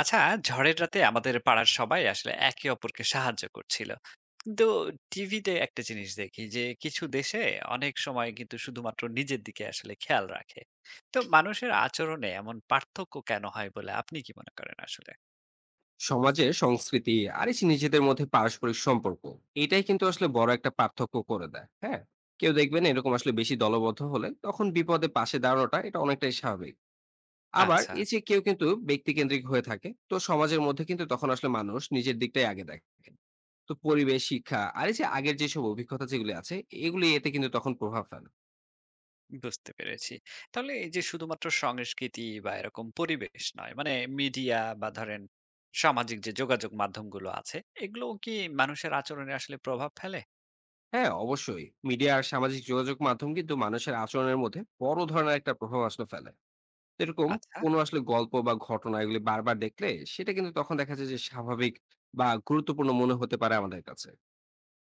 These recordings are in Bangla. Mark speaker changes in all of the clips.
Speaker 1: আচ্ছা। ঝড়ের রাতে আমাদের পাড়ার সবাই আসলে একে অপরকে সাহায্য করছিল, কিন্তু টিভিতে একটা জিনিস দেখি যে কিছু দেশে অনেক সময় কিন্তু শুধুমাত্র নিজের দিকে আসলে খেয়াল রাখে। তো মানুষের আচরণে এমন পার্থক্য কেন হয় বলে আপনি কি মনে করেন আসলে?
Speaker 2: সমাজের সংস্কৃতি আর এই যে নিজেদের মধ্যে পারস্পরিক সম্পর্ক এটাই কিন্তু আসলে বড় একটা পার্থক্য করে দেয়, হ্যাঁ। কেউ দেখবেন এরকম আসলে বেশি দলবদ্ধ হলে তখন বিপদে পাশে দাঁড়ানোটা এটা অনেকটাই স্বাভাবিক। আবার
Speaker 1: আচ্ছা,
Speaker 2: এই যে কেউ কিন্তু ব্যক্তিকেন্দ্রিক হয়ে থাকে, তো সমাজের মধ্যে কিন্তু তখন আসলে মানুষ নিজের দিকটাই আগে দেখে। তো পরিবেশ, শিক্ষা আর এই যে আগের যেসব অভিজ্ঞতা যেগুলি আছে এগুলি এতে কিন্তু তখন প্রভাব ফেলে।
Speaker 1: বুঝতে পেরেছি। তাহলে এই যে শুধুমাত্র সংস্কৃতি বা এরকম পরিবেশ নয়, মানে মিডিয়া বা ধরেন সামাজিক যে যোগাযোগ মাধ্যমগুলো আছে, এগুলো কি মানুষের আচরণে আসলে প্রভাব ফেলে?
Speaker 2: হ্যাঁ, অবশ্যই মিডিয়া আর সামাজিক যোগাযোগ মাধ্যম কিন্তু মানুষের আচরণের মধ্যে বড় ধরনের একটা প্রভাব আসলে ফেলে। তো এরকম
Speaker 1: আচ্ছা।
Speaker 2: কোনো আসলে গল্প বা ঘটনা এগুলি বারবার দেখলে সেটা কিন্তু তখন দেখা যায় যে স্বাভাবিক বা গুরুত্বপূর্ণ মনে হতে পারে আমাদের কাছে।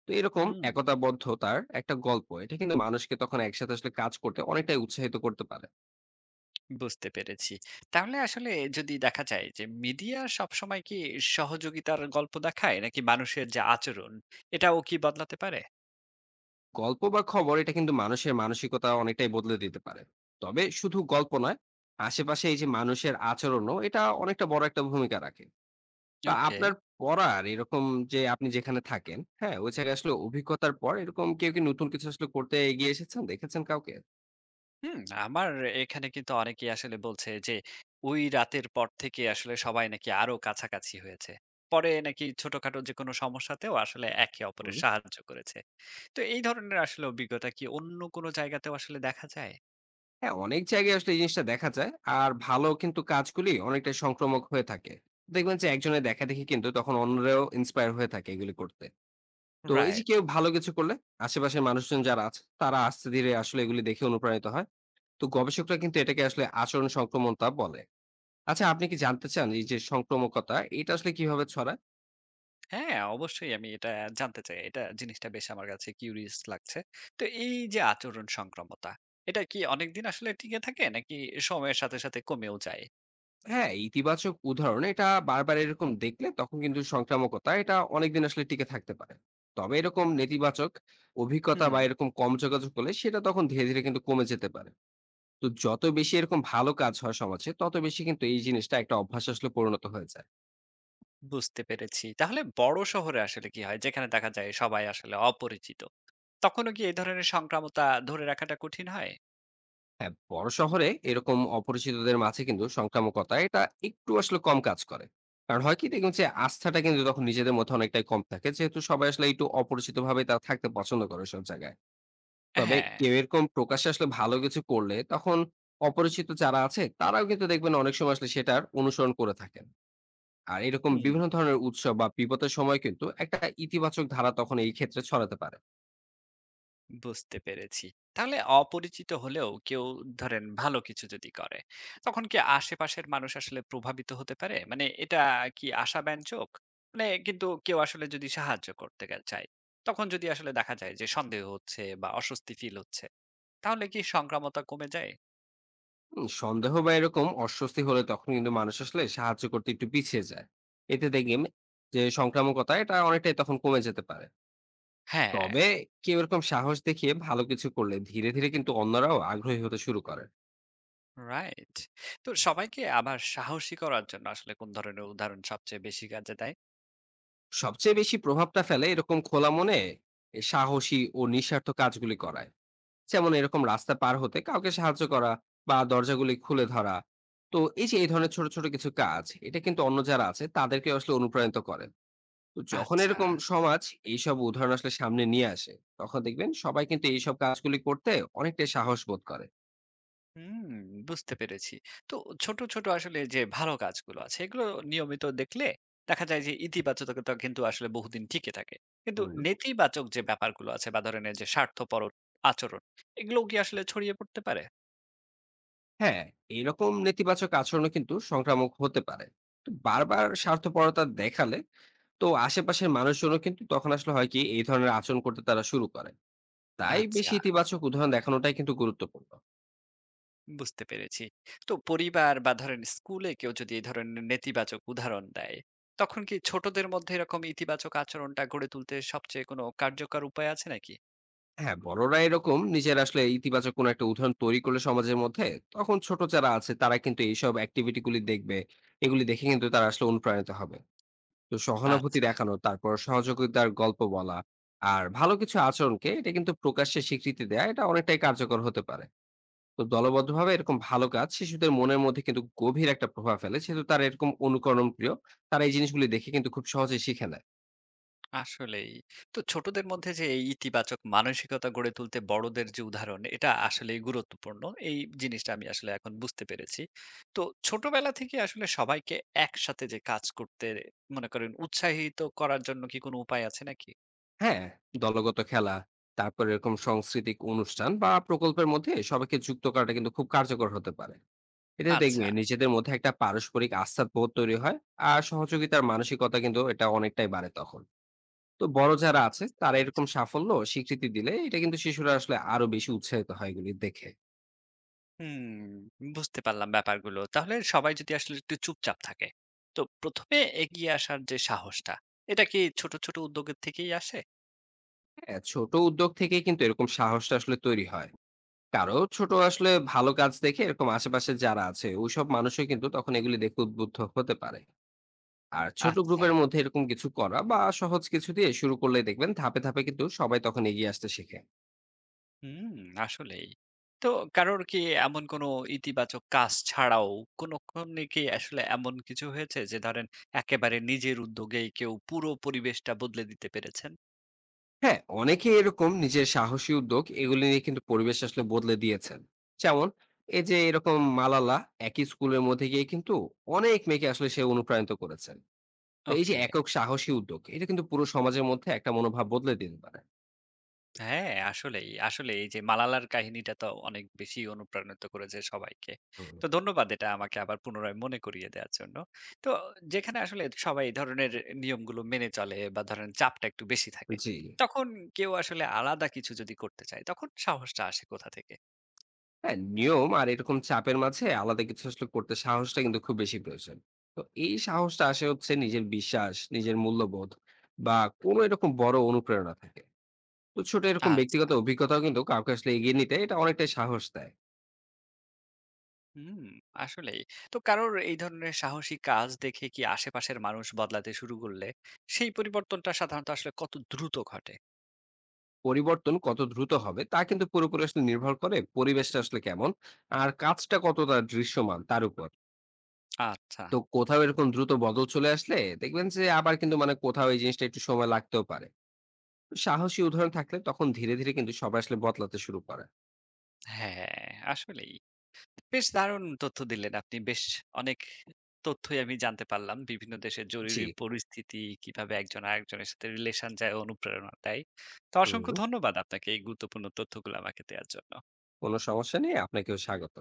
Speaker 2: তো এরকম
Speaker 1: হুম,
Speaker 2: একতাবদ্ধতার একটা গল্প এটা কিন্তু মানুষকে তখন একসাথে আসলে কাজ করতে অনেকটাই উৎসাহিত করতে পারে।
Speaker 1: বুঝতে পেরেছি। তাহলে আসলে যদি দেখা যায় যে মিডিয়া সবসময় কি সহযোগিতার গল্প দেখায়, নাকি মানুষের যে আচরণ এটাও কি বদলাতে পারে?
Speaker 2: গল্প বা খবর এটা কিন্তু মানুষের মানসিকতা অনেকটাই বদলে দিতে পারে। তবে শুধু গল্প নয়, আশেপাশে এই যে মানুষের আচরণও এটা অনেকটা বড় একটা ভূমিকা রাখে। তো
Speaker 1: ওকে।
Speaker 2: আপনার পড়ার এরকম, যে আপনি যেখানে থাকেন, হ্যাঁ? ওই জায়গায় আসলে অভিজ্ঞতার পর এরকম কেউ কি নতুন কিছু আসলে করতে এগিয়ে এসেছেন? দেখেছেন কাউকে?
Speaker 1: হুম, আমার এখানে কিন্তু অনেকেই আসলে বলছে যে ওই রাতের পর থেকে আসলে সবাই নাকি আরো কাছাকাছি হয়েছে। পরে নাকি ছোটখাটো যেকোনো সমস্যাতেও আসলে একে অপরের
Speaker 2: হুম।
Speaker 1: সাহায্য করেছে। তো এই ধরনের আসলে অভিজ্ঞতা কি অন্য কোনো জায়গাতেও আসলে দেখা যায়?
Speaker 2: হ্যাঁ, অনেক জায়গায় আসলে এই জিনিসটা দেখা যায়। আর ভালো কিন্তু কাজগুলি অনেকটাই সংক্রমক হয়ে থাকে। দেখবেন যে একজনের দেখাদেখি কিন্তু তখন অন্যরাও ইন্সপায়ার হয়ে থাকে এগুলি করতে। তো এই যে
Speaker 1: রাইট।
Speaker 2: কেউ ভালো কিছু করলে আশেপাশের মানুষজন যারা আছে তারা আস্তে ধীরে আসলে এগুলি দেখে অনুপ্রাণিত হয়। তো গবেষকরা কিন্তু এটাকে আসলে আচরণ সংক্রমণতা বলে। আচ্ছা, আপনি কি জানতে চান এই যে সংক্রমকতা এটা আসলে কিভাবে ছড়ায়?
Speaker 1: হ্যাঁ, অবশ্যই আমি এটা জানতে চাই। এটা জিনিসটা বেশ আমার কাছে কিউরিয়াস লাগছে। তো এই যে আচরণ সংক্রামতা, এটা কি অনেকদিন আসলে টিকে থাকে, নাকি সময়ের সাথে সাথে কমেও যায়?
Speaker 2: হ্যাঁ, ইতিবাচক উদাহরণ এটা বারবার এরকম দেখলে তখন কিন্তু সংক্রামকতা এটা অনেকদিন আসলে টিকে থাকতে পারে। তবে এরকম নেতিবাচক অভিজ্ঞতা
Speaker 1: হুম,
Speaker 2: বা এরকম কম যোগাযোগ হলে সেটা তখন ধীরে ধীরে কিন্তু কমে যেতে পারে। তো যত বেশি এরকম ভালো কাজ হয় সমাজে তত বেশি কিন্তু এই জিনিসটা একটা অভ্যাসে আসলে পরিণত হয়ে যায়।
Speaker 1: বুঝতে পেরেছি। তাহলে বড় শহরে আসলে কি হয়, যেখানে দেখা যায় সবাই আসলে অপরিচিত? তখনও কি এই ধরনের সংক্রামতা ধরে রাখাটা কঠিন হয়?
Speaker 2: হ্যাঁ, বড় শহরে এরকম অপরিচিতদের মাঝে কিন্তু সংক্রামকতা এটা একটু আসলে কম কাজ করে। কারণ হয় কি দেখুন যে আস্থাটা কিন্তু তখন নিজেদের মধ্যে অনেকটাই কম থাকে। যেহেতু সবাই আসলে একটু অপরিচিতভাবে তারা থাকতে পছন্দ করে ওইসব জায়গায়। তবে
Speaker 1: হ্যাঁ।
Speaker 2: কেউ এরকম প্রকাশ্যে আসলে ভালো কিছু করলে তখন অপরিচিত যারা আছে তারাও কিন্তু দেখবেন অনেক সময় আসলে সেটার অনুসরণ করে থাকেন। আর এরকম
Speaker 1: হুম।
Speaker 2: বিভিন্ন ধরনের উৎসব বা বিপদের সময় কিন্তু একটা ইতিবাচক ধারা তখন এই ক্ষেত্রে ছড়াতে পারে।
Speaker 1: বুঝতে পেরেছি। তাহলে অপরিচিত হলেও কেউ ধরেন ভালো কিছু যদি করে, তখন কি আশেপাশের মানুষ আসলে প্রভাবিত হতে পারে? মানে এটা কি আশাব্যঞ্জক? মানে কিন্তু কেউ আসলে যদি সাহায্য করতে গে চায়, তখন যদি আসলে দেখা যায় যে সন্দেহ হচ্ছে বা অস্বস্তি ফিল হচ্ছে, তাহলে কি সংক্রামতা কমে যায়?
Speaker 2: হুম, সন্দেহ বা এরকম অস্বস্তি হলে তখন কিন্তু মানুষ আসলে সাহায্য করতে একটু পিছিয়ে যায়। এতে দেখবেন যে সংক্রামকতা এটা অনেকটাই তখন কমে যেতে পারে।
Speaker 1: হ্যাঁ।
Speaker 2: তবে কেউ এরকম সাহস দেখিয়ে ভালো কিছু করলে ধীরে ধীরে কিন্তু অন্যরাও আগ্রহী হতে শুরু করে।
Speaker 1: রাইট। তো সবাইকে আবার সাহসী করার জন্য আসলে কোন ধরনের উদাহরণ সবচেয়ে বেশি কাজে দেয়?
Speaker 2: সবচেয়ে বেশি প্রভাবটা ফেলে এরকম খোলা মনে এ সাহসী ও নিঃস্বার্থ কাজগুলি করায়, যেমন এরকম রাস্তা পার হতে কাউকে সাহায্য করা বা দরজাগুলি খুলে ধরা। তো এই যে এই ধরনের ছোট ছোট কিছু কাজ এটা কিন্তু অন্য যারা আছে তাদেরকে আসলে অনুপ্রাণিত করে। তো যখন
Speaker 1: আচ্ছা।
Speaker 2: এরকম সমাজ এইসব উদাহরণ আসলে সামনে নিয়ে আসে তখন দেখবেন সবাই কিন্তু এইসব কাজগুলি করতে অনেকটাই সাহস বোধ করে।
Speaker 1: হুম, বুঝতে পেরেছি। তো ছোট, ছোট আসলে যে ভালো কাজগুলো আছে, এগুলো নিয়মিত দেখলে দেখা যায় যে ইতিবাচকতা কিন্তু আসলে বহুদিন টিকে থাকে। কিন্তু
Speaker 2: হুম।
Speaker 1: নেতিবাচক যে ব্যাপারগুলো আছে বা ধরেন এই যে স্বার্থপর আচরণ, এগুলোও কি আসলে ছড়িয়ে পড়তে পারে?
Speaker 2: হ্যাঁ, এরকম নেতিবাচক আচরণও কিন্তু সংক্রামক হতে পারে। তো বারবার স্বার্থপরতা দেখালে তো আশেপাশের মানুষজনও কিন্তু তখন আসলে হয় কি এই ধরনের আচরণ করতে তারা শুরু করে। তাই
Speaker 1: আচ্ছা,
Speaker 2: বেশি ইতিবাচক উদাহরণ দেখানোটাই কিন্তু গুরুত্বপূর্ণ।
Speaker 1: বুঝতে পেরেছি। তো পরিবার বা ধরেন স্কুলে কেউ যদি এই ধরনের নেতিবাচক উদাহরণ দেয়, তখন কি ছোটদের মধ্যে এরকম ইতিবাচক আচরণটা গড়ে তুলতে সবচেয়ে কোনো কার্যকর উপায় আছে নাকি?
Speaker 2: হ্যাঁ, বড়রা এরকম নিজের আসলে ইতিবাচক কোনো একটা উদাহরণ তৈরি করলে সমাজের মধ্যে, তখন ছোট যারা আছে তারা কিন্তু এইসব অ্যাক্টিভিটি গুলি দেখবে। এগুলি দেখে কিন্তু তারা আসলে অনুপ্রাণিত হবে। তো সহানুভূতি
Speaker 1: আচ্ছা।
Speaker 2: দেখানো, তারপর সহযোগিতার গল্প বলা আর ভালো কিছু আচরণকে এটা কিন্তু প্রকাশ্যে স্বীকৃতি দেয়া এটা অনেকটাই কার্যকর হতে পারে। তো দলবদ্ধভাবে এরকম ভালো কাজ শিশুদের মনের মধ্যে কিন্তু গভীর একটা প্রভাব ফেলে, সেহেতু তারা এরকম অনুকরণ প্রিয়। তারা এই জিনিসগুলি দেখে কিন্তু খুব সহজে শিখে নেয়।
Speaker 1: আসলেই। তো ছোটদের মধ্যে যে এই ইতিবাচক মানসিকতা গড়ে তুলতে বড়দের যে উদাহরণ, এটা আসলেই গুরুত্বপূর্ণ। এই জিনিসটা আমি আসলে এখন বুঝতে পেরেছি। তো ছোটবেলা থেকে আসলে সবাইকে একসাথে যে কাজ করতে মনে করেন উৎসাহিত করার জন্য কি কোনো উপায় আছে নাকি?
Speaker 2: হ্যাঁ, দলগত খেলা, তারপর এরকম সাংস্কৃতিক অনুষ্ঠান বা প্রকল্পের মধ্যে সবাইকে যুক্ত করাটা কিন্তু খুব কার্যকর হতে পারে। এটা
Speaker 1: আচ্ছা,
Speaker 2: দেখবেন নিজেদের মধ্যে একটা পারস্পরিক আস্থার বোধ তৈরি হয়। আর সহযোগিতার মানসিকতা কিন্তু এটা অনেকটাই বাড়ে তখন। তো বড় যারা আছে
Speaker 1: বুঝতে
Speaker 2: তারা
Speaker 1: পেরেছি।
Speaker 2: এরকম সাফল্য স্বীকৃতি দিলে এটা কিন্তু শিশুরা আসলে আরো বেশি উৎসাহিত হয় এগুলি দেখে।
Speaker 1: হুম, বুঝতে পারলাম ব্যাপারগুলো। তাহলে সবাই যদি আসলে একটু চুপচাপ থাকে, তো ১ম এ এগিয়ে আসার যে সাহসটা, এটা কি ছোট, ছোট উদ্যোগের থেকেই আসে?
Speaker 2: হ্যাঁ, ছোট উদ্যোগ থেকে কিন্তু এরকম সাহসটা আসলে তৈরি হয়। কারো ছোট আসলে ভালো কাজ দেখে এরকম আশেপাশে যারা আছে ওইসব মানুষও কিন্তু তখন এগুলি দেখে উদ্বুদ্ধ হতে পারে। আর ছোট
Speaker 1: আচ্ছা।
Speaker 2: গ্রুপের মধ্যে এরকম কিছু করা বা সহজ কিছু দিয়ে শুরু করলে দেখবেন ধাপে ধাপে কিন্তু সবাই তখন এগিয়ে আসতে শিখে।
Speaker 1: হুম, আসলেই। তো কারোর কি এমন কোনো ইতিবাচক কাজ ছাড়াও কোনক্ষণে কি আসলে এমন কিছু হয়েছে যে ধরেন একেবারে নিজের উদ্যোগেই কেউ পুরো পরিবেশটা বদলে দিতে পেরেছেন?
Speaker 2: হ্যাঁ, অনেকে এরকম নিজের সাহসী উদ্যোগ এগুলি নিয়ে কিন্তু পরিবেশ আসলে বদলে দিয়েছেন। যেমন এই যে এরকম মালালা একই স্কুলের মধ্যে গিয়ে কিন্তু অনেক মেয়েকে আসলে সে অনুপ্রাণিত করেছেন। তো এই যে
Speaker 1: ওকে।
Speaker 2: একক সাহসী উদ্যোগ এটা কিন্তু পুরো সমাজের মধ্যে একটা মনোভাব বদলে দিতে পারে।
Speaker 1: হ্যাঁ, আসলেই, আসলেই এই যে মালালার কাহিনীটা তো অনেক বেশি অনুপ্রাণিত করেছে সবাইকে।
Speaker 2: হুম।
Speaker 1: তো ধন্যবাদ এটা আমাকে আবার পুনরায় মনে করিয়ে দেওয়ার জন্য। তো যেখানে আসলে সবাই এই ধরনের নিয়মগুলো মেনে চলে বা ধরেন চাপটা একটু বেশি থাকে,
Speaker 2: জি।
Speaker 1: তখন কেউ আসলে আলাদা কিছু যদি করতে চায়, তখন সাহসটা আসে কোথা থেকে?
Speaker 2: হ্যাঁ, নিয়ম আর এরকম চাপের মাঝে আলাদা কিছু আসলে করতে সাহসটা কিন্তু খুব বেশি প্রয়োজন। তো এই সাহসটা আসে হচ্ছে নিজের বিশ্বাস, নিজের মূল্যবোধ বা কোনো এরকম বড় অনুপ্রেরণা থাকে। তো ছোট এরকম
Speaker 1: আচ্ছা।
Speaker 2: ব্যক্তিগত অভিজ্ঞতাও কিন্তু কাউকে আসলে এগিয়ে নিতে এটা অনেকটাই সাহস দেয়।
Speaker 1: হুম, আসলেই। তো কারোর এই ধরনের সাহসী কাজ দেখে কি আশেপাশের মানুষ বদলাতে শুরু করলে, সেই পরিবর্তনটা সাধারণত আসলে কত দ্রুত ঘটে?
Speaker 2: পরিবর্তন কত দ্রুত হবে তা কিন্তু পুরোপুরি আসলে নির্ভর করে পরিবেশটা আসলে কেমন আর কাজটা কতটা দৃশ্যমান তার উপর।
Speaker 1: আচ্ছা।
Speaker 2: তো কোথাও এরকম দ্রুত বদল চলে আসলে দেখবেন, যে আবার কিন্তু মানে কোথাও এই জিনিসটা একটু সময় লাগতেও পারে। তো সাহসী উদাহরণ থাকলে তখন ধীরে ধীরে কিন্তু সবাই আসলে বদলাতে শুরু করে।
Speaker 1: হ্যাঁ, আসলেই। বেশ দারুণ তথ্য দিলেন আপনি। বেশ অনেক তথ্যই আমি জানতে পারলাম। বিভিন্ন দেশের
Speaker 2: জি।
Speaker 1: জরুরি পরিস্থিতি, কিভাবে একজন আরেকজনের সাথে রিলেশন যায়, অনুপ্রেরণা দেয়। তো অসংখ্য
Speaker 2: হুম।
Speaker 1: ধন্যবাদ আপনাকে এই গুরুত্বপূর্ণ তথ্যগুলো আমাকে দেওয়ার জন্য।
Speaker 2: কোনো সমস্যা নেই, আপনাকেও স্বাগত।